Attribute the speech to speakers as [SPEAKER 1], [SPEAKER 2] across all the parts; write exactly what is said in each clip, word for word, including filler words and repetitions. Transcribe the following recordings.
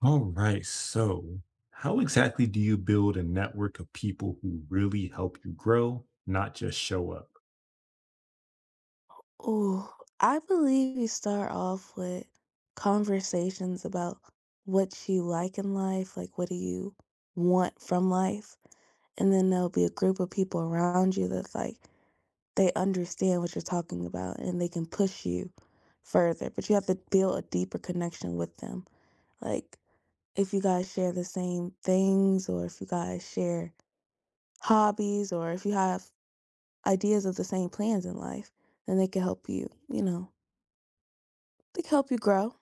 [SPEAKER 1] All right. So, how exactly do you build a network of people who really help you grow, not just show up?
[SPEAKER 2] Oh, I believe you start off with conversations about what you like in life, like, what do you want from life? And then there'll be a group of people around you that's like, they understand what you're talking about, and they can push you further, but you have to build a deeper connection with them. Like, if you guys share the same things or if you guys share hobbies or if you have ideas of the same plans in life, then they can help you, you know? They help you grow.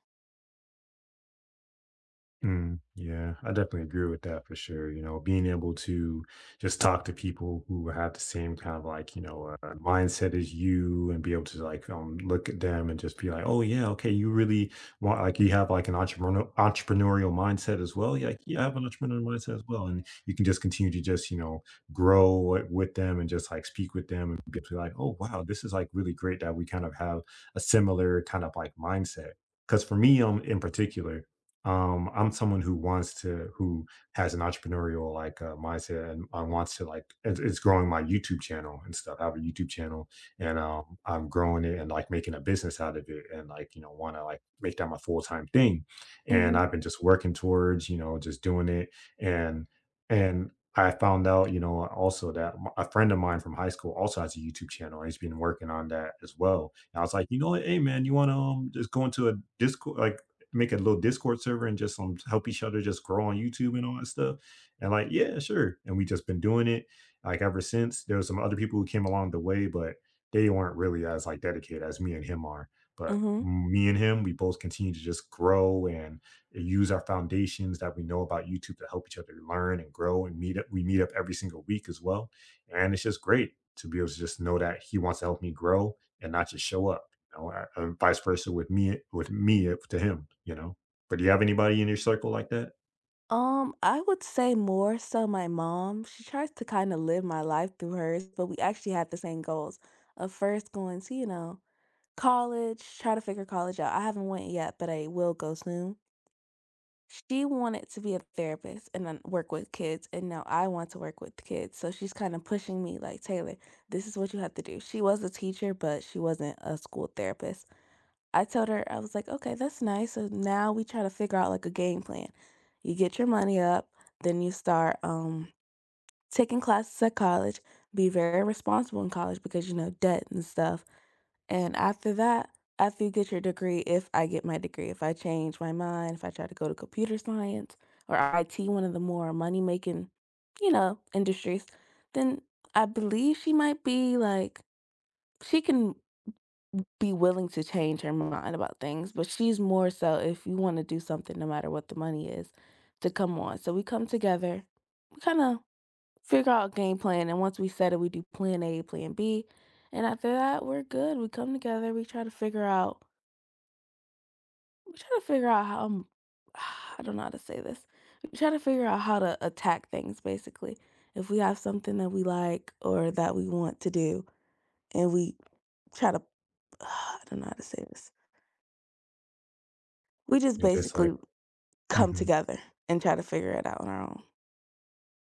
[SPEAKER 1] Mm, yeah, I definitely agree with that for sure. You know, being able to just talk to people who have the same kind of like, you know, uh, mindset as you and be able to like um look at them and just be like, oh yeah, okay, you really want like you have like an entrepreneur entrepreneurial mindset as well. Yeah, like, yeah, I have an entrepreneurial mindset as well. And you can just continue to just, you know, grow it with them and just like speak with them and be able to like, oh wow, this is like really great that we kind of have a similar kind of like mindset. Because for me, um, in particular, um, I'm someone who wants to, who has an entrepreneurial like uh, mindset, and I wants to like, it's, it's growing my YouTube channel and stuff. I have a YouTube channel, and um, I'm growing it and like making a business out of it, and like you know, want to like make that my full time thing. And
[SPEAKER 2] Mhm,
[SPEAKER 1] I've been just working towards, you know, just doing it, and and I found out, you know, also that m- a friend of mine from high school also has a YouTube channel. and he's been working on that as well. And I was like, you know what, hey man, you want to um, just go into a Discord, like make a little Discord server and just um, help each other just grow on YouTube and all that stuff. And like, yeah, sure. And we just been doing it like ever since. There were some other people who came along the way, but they weren't really as like dedicated as me and him are. But
[SPEAKER 2] mhm.
[SPEAKER 1] me and him, we both continue to just grow and use our foundations that we know about YouTube to help each other learn and grow and meet up. We meet up every single week as well. And it's just great to be able to just know that he wants to help me grow and not just show up know, I- uh, vice versa with me with me uh, to him, you know. But do you have anybody in your circle like that?
[SPEAKER 2] Um, I would say more so my mom, she tries to kinda live my life through hers, but we actually had the same goals of first going to, you know, college, try to figure college out. I haven't went yet, but I will go soon. She wanted to be a therapist and then work with kids, and now I want to work with kids, so she's kinda pushing me like, "Taylor, this is what you have to do." She was a teacher, but she wasn't a school therapist. I told her, I was like, "Okay, that's nice, so now we try to figure out, like, a game plan. You get your money up, then you start, um, taking classes at college, be very responsible in college because, you know, debt and stuff, and after that, after you get your degree, if I get my degree, if I change my mind, if I try to go to computer science or I T, one of the more money-making, you know, industries, then I believe she might be, like she can be willing to change her mind about things, but she's more so if you wanna do something no matter what the money is, to come on. So we come together, we kinda figure out a game plan, and once we set it, we do plan A, plan B, and after that, we're good. We come together, we try to figure out we try to figure out how m I don't know how to say this. We try to figure out how to attack things, basically. If we have something that we like or that we want to do, and we try to I don't know how to say this. We just
[SPEAKER 1] And just like
[SPEAKER 2] basically come
[SPEAKER 1] mhm.
[SPEAKER 2] together and try to figure it out on our own.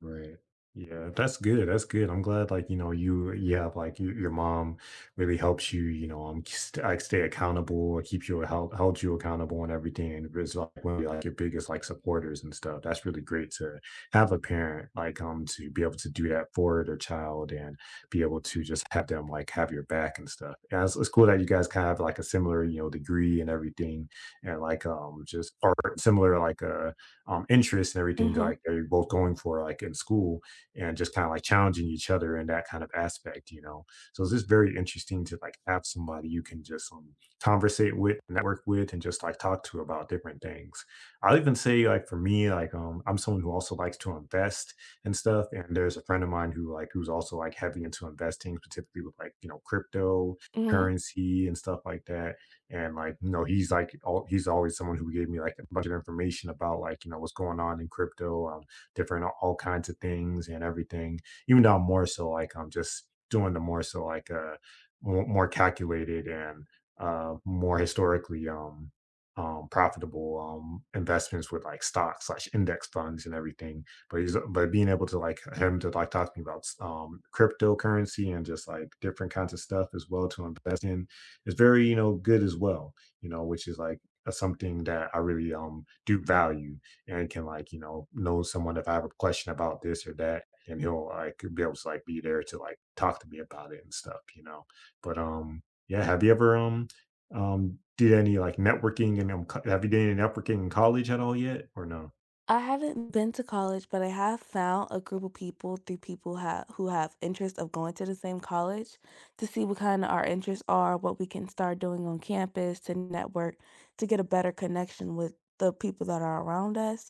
[SPEAKER 1] Right. Yeah, that's good, that's good. I'm glad, like, you know, you you have, like, your your mom really helps you, you know, um, s like, stay accountable or keeps you held held you accountable and everything, and was, like, one of, like, your biggest, like, supporters and stuff. That's really great to have a parent, like, um, to be able to do that for their child and be able to just have them, like, have your back and stuff. Yeah, it's it's cool that you guys kinda have, like, a similar, you know, degree and everything and, like, um, just or similar, like, uh um, interests and everything
[SPEAKER 2] Mhm,
[SPEAKER 1] like they're both going for like in school and just kind of like challenging each other in that kind of aspect, you know. So it's just very interesting to like have somebody you can just um, conversate with, network with, and just like talk to about different things. I'll even say like for me like um, I'm someone who also likes to invest and stuff, and there's a friend of mine who like who's also like heavy into investing, specifically with like you know crypto
[SPEAKER 2] mhm.
[SPEAKER 1] currency and stuff like that. And like, you know, he's like, all, he's always someone who gave me like a bunch of information about like, you know, what's going on in crypto, um, different, all kinds of things and everything. Even though I'm more so like, I'm just doing the more so like, uh, more, more calculated and, uh, more historically, um, um, profitable um, investments with like stocks slash index funds and everything. But he's but being able to like him to like talk to me about um, cryptocurrency and just like different kinds of stuff as well to invest in is very, you know, good as well, you know, which is like uh, something that I really um do value and can like, you know, know someone if I have a question about this or that, and he'll like be able to like be there to like talk to me about it and stuff, you know. But um yeah, have you ever um um did any like networking and um, co- have you done any networking in college at all yet or no?
[SPEAKER 2] I haven't been to college, but I have found a group of people through people ha who have interest of going to the same college to see what kinda our interests are, what we can start doing on campus to network, to get a better connection with the people that are around us.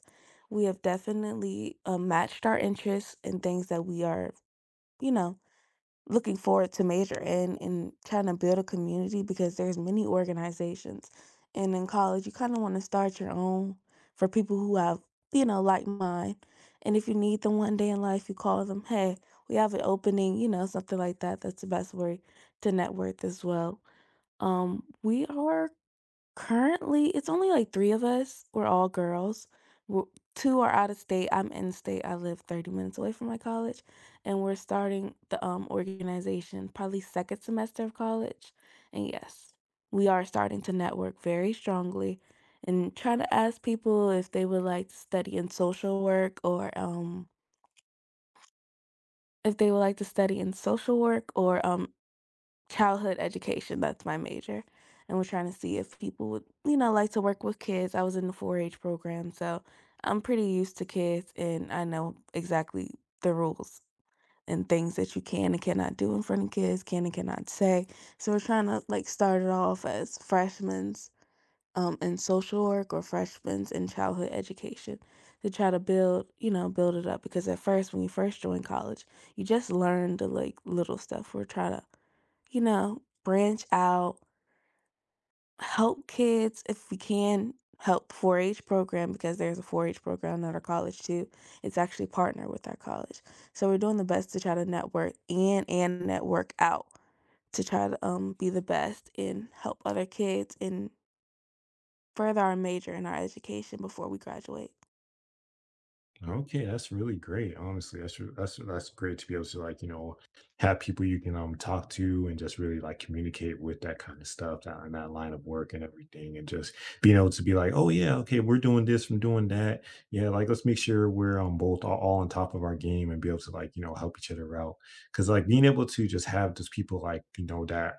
[SPEAKER 2] We have definitely, uh, matched our interests in things that we are, you know, looking forward to major in and trying to build a community because there's many organizations, and in college you kind of want to start your own for people who have, you know, like mine. And if you need them one day in life, you call them, hey, we have an opening, you know, something like that. That's the best way to network as well. Um we are Currently, it's only like three of us. We're all girls. W two are out of state. I'm in state. I live thirty minutes away from my college, and we're starting the, um, organization probably second semester of college, and yes, we are starting to network very strongly and trying to ask people if they would like to study in social work or, um, if they would like to study in social work or, um, childhood education. That's my major. And we're trying to see if people would, you know, like to work with kids. I was in the four-H program, so I'm pretty used to kids and I know exactly the rules and things that you can and cannot do in front of kids, can and cannot say. So we're trying to like start it off as freshmen um, in social work or freshmen in childhood education to try to build, you know, build it up. Because at first, when you first join college, you just learn the like little stuff. We're trying to, you know, branch out, help kids if we can, help four-H program because there's a four-H program at our college too. It's actually partnered with our college. So we're doing the best to try to network in and network out to try to, um, be the best and help other kids and further our major in our education before we graduate.
[SPEAKER 1] Okay, that's really great. Honestly, that's re- that's that's great to be able to like, you know, have people you can um talk to and just really like communicate with that kind of stuff that in that line of work and everything, and just being able to be like, oh yeah, okay, we're doing this, from doing that. Yeah, like let's make sure we're on both all, all on top of our game and be able to like, you know, help each other out. Cause like being able to just have those people like, you know, that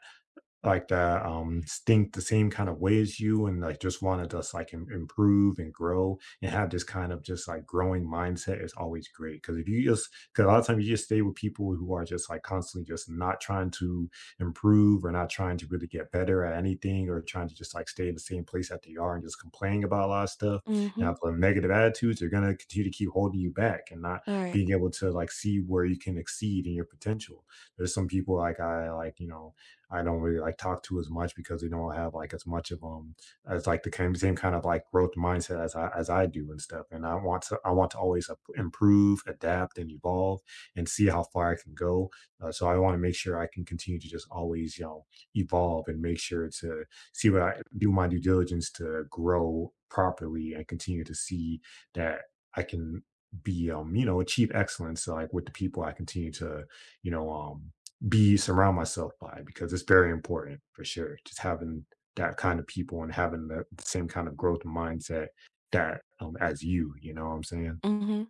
[SPEAKER 1] like that um think the same kind of way as you and like just want to just like im- improve and grow and have this kind of just like growing mindset is always great, because if you just because a lot of times you just stay with people who are just like constantly just not trying to improve, or not trying to really get better at anything, or trying to just like stay in the same place that they are and just complaining about a lot of stuff and have
[SPEAKER 2] Mhm.
[SPEAKER 1] like negative attitudes. They're going to continue to keep holding you back and not
[SPEAKER 2] Alright.
[SPEAKER 1] being able to like see where you can exceed in your potential. There's some people like I like, you know, I don't really like talk to as much because they don't have like as much of um as like the kind- same kind of like growth mindset as I as I do and stuff. And I want to I want to always up- improve, adapt, and evolve, and see how far I can go. Uh, so I want to make sure I can continue to just always you know evolve and make sure to see what I do my due diligence to grow properly and continue to see that I can be um you know achieve excellence, so like with the people I continue to you know um be surround myself by, because it's very important for sure. Just having that kind of people and having the the same kind of growth mindset that um as you, you know what I'm saying?
[SPEAKER 2] Mhm.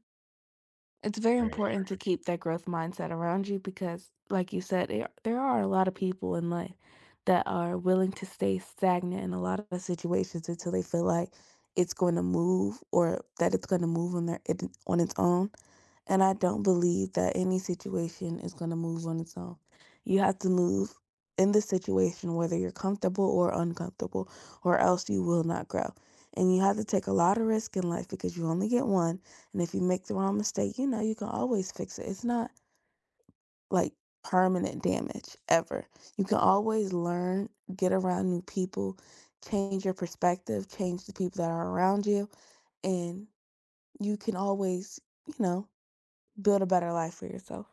[SPEAKER 2] It's very
[SPEAKER 1] Right.
[SPEAKER 2] important to keep that growth mindset around you because, like you said, there there are a lot of people in life that are willing to stay stagnant in a lot of situations until they feel like it's going to move or that it's going to move on their it, on its own. And I don't believe that any situation is going to move on its own. You have to move in the situation, whether you're comfortable or uncomfortable, or else you will not grow. And you have to take a lot of risk in life because you only get one. And if you make the wrong mistake, you know, you can always fix it. It's not like permanent damage ever. You can always learn, get around new people, change your perspective, change the people that are around you, and you can always, you know, build a better life for yourself.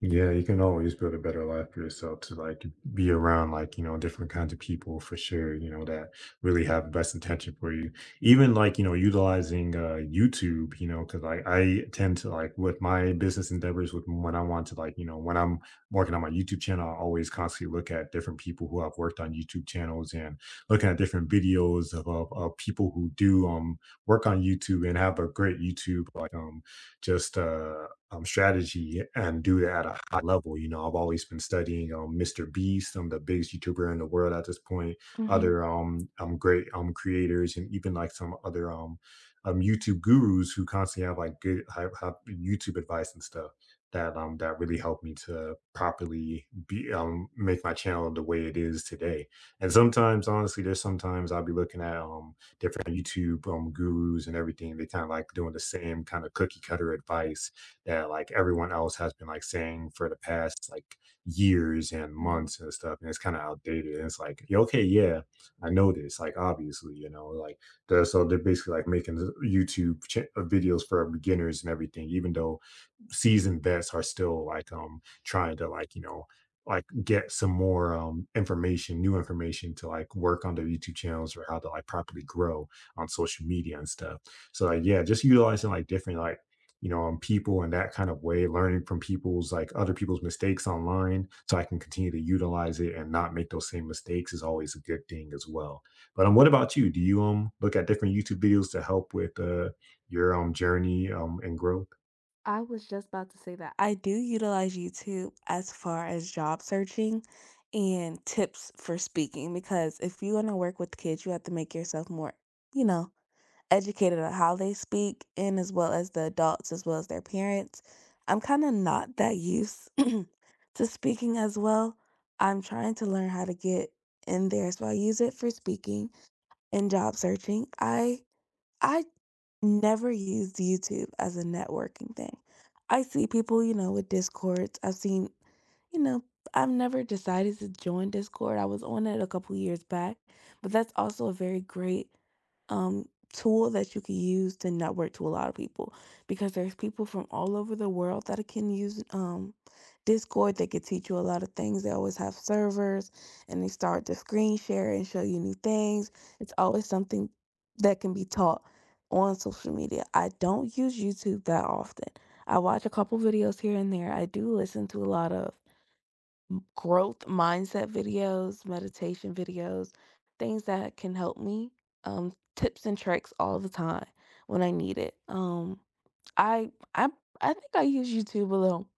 [SPEAKER 1] Yeah, you can always build a better life for yourself to like be around like, you know, different kinds of people for sure, you know, that really have the best intention for you. Even like, you know, utilizing uh YouTube, you know, because like I tend to like with my business endeavors with when I want to like, you know, when I'm working on my YouTube channel, I always constantly look at different people who have worked on YouTube channels and looking at different videos of, of, of people who do um work on YouTube and have a great YouTube like um just uh um, strategy and do that at a high level. You know, I've always been studying um, Mister Beast, um, the biggest YouTuber in the world at this point,
[SPEAKER 2] Hmm.
[SPEAKER 1] other um, um great um creators, and even like some other um, um YouTube gurus who constantly have like good have, have YouTube advice and stuff that um that really helped me to properly be um make my channel the way it is today. And sometimes, honestly, there's sometimes I'll be looking at um different YouTube um gurus and everything. They kind of like doing the same kind of cookie cutter advice that like everyone else has been like saying for the past like years and
[SPEAKER 2] Hmm.
[SPEAKER 1] months and stuff, and it's kind of outdated and it's like, "Yeah, okay, yeah, I know this like obviously you know like they're, so they're basically like making the youtube ch- uh, videos for beginners and everything, even though seasoned vets are still like um trying to like you know like get some more um information new information to like work on their YouTube channels or how to like properly grow on social media and stuff. So like yeah, just utilizing like different like you know um people in that kind of way, learning from people's like other people's mistakes online so I can continue to utilize it and not make those same mistakes, is always a good thing as well. But um what about you, do you um look at different YouTube videos to help with uh your um journey um and growth?
[SPEAKER 2] I was just about to say that. I do utilize YouTube as far as job searching and tips for speaking because if you want to work with kids, you have to make yourself more, you know, educated on how they speak and as well as the adults, as well as their parents. I'm kind of not that used to speaking as well. I'm trying to learn how to get in there. So I use it for speaking and job searching. I I never used YouTube as a networking thing. I see people, you know, with Discords. I've seen, you know, I've never decided to join Discord. I was on it a couple years back, but that's also a very great um, tool that you can use to network to a lot of people because there's people from all over the world that can use um, Discord. They can teach you a lot of things. They always have servers and they start to screen share and show you new things. It's always something that can be taught on social media. I don't use YouTube that often. I watch a couple videos here and there. I do listen to a lot of growth mindset videos, meditation videos, things that can help me, um, tips and tricks all the time when I need it. Um, I I I think I use YouTube a little,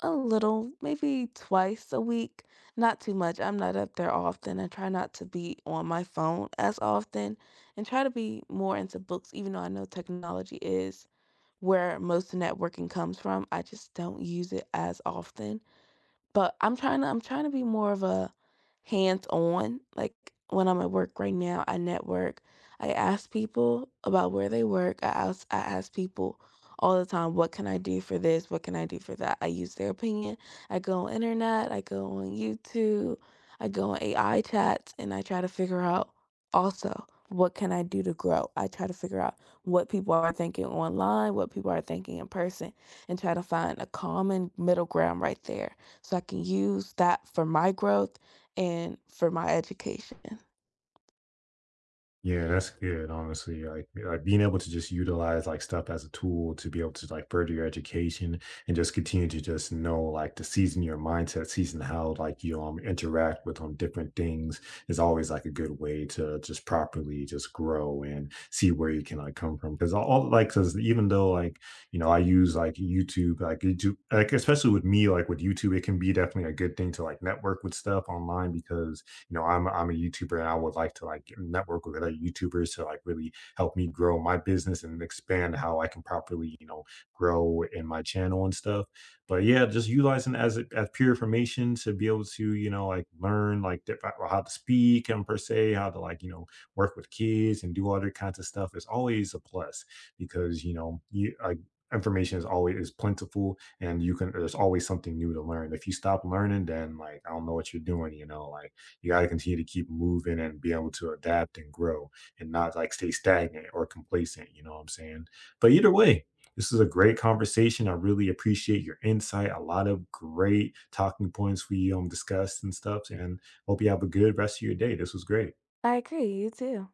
[SPEAKER 2] a little, maybe twice a week. Not too much. I'm not up there often. I try not to be on my phone as often, and try to be more into books. Even though I know technology is where most networking comes from, I just don't use it as often. But I'm trying to I'm trying to be more of a hands-on, like, when I'm at work right now, I network. I ask people about where they work. I ask I ask people all the time, "What can I do for this? What can I do for that?" I use their opinion. I go on internet, I go on YouTube, I go on A I chats, and I try to figure out also, what can I do to grow? I try to figure out what people are thinking online, what people are thinking in person, and try to find a common middle ground right there so I can use that for my growth and for my education.
[SPEAKER 1] Yeah, that's good, honestly. Like, like being able to just utilize like stuff as a tool to be able to like further your education, and just continue to just know like to season your mindset, season how like you um interact with um different things, is always like a good way to just properly just grow and see where you can like come from. Because all like because even though like you know I use like YouTube like YouTube like especially with me like with YouTube, it can be definitely a good thing to like network with stuff online because you know, I'm I'm a YouTuber and I would like to like network with other YouTubers to like really help me grow my business and expand how I can properly, you know, grow in my channel and stuff. But yeah, just utilizing it as a- as pure information to be able to, you know, like learn like diff- how to speak and per se, how to like, you know, work with kids and do other kinds of stuff is always a plus because, you know, you like information is always is plentiful, and you can there's always something new to learn. If you stop learning, then like I don't know what you're doing, you know. Like, you got to continue to keep moving and be able to adapt and grow, and not like stay stagnant or complacent. You know what I'm saying? But either way, this is a great conversation. I really appreciate your insight. A lot of great talking points we um discussed and stuff. And hope you have a good rest of your day. This was great.
[SPEAKER 2] I agree, you too.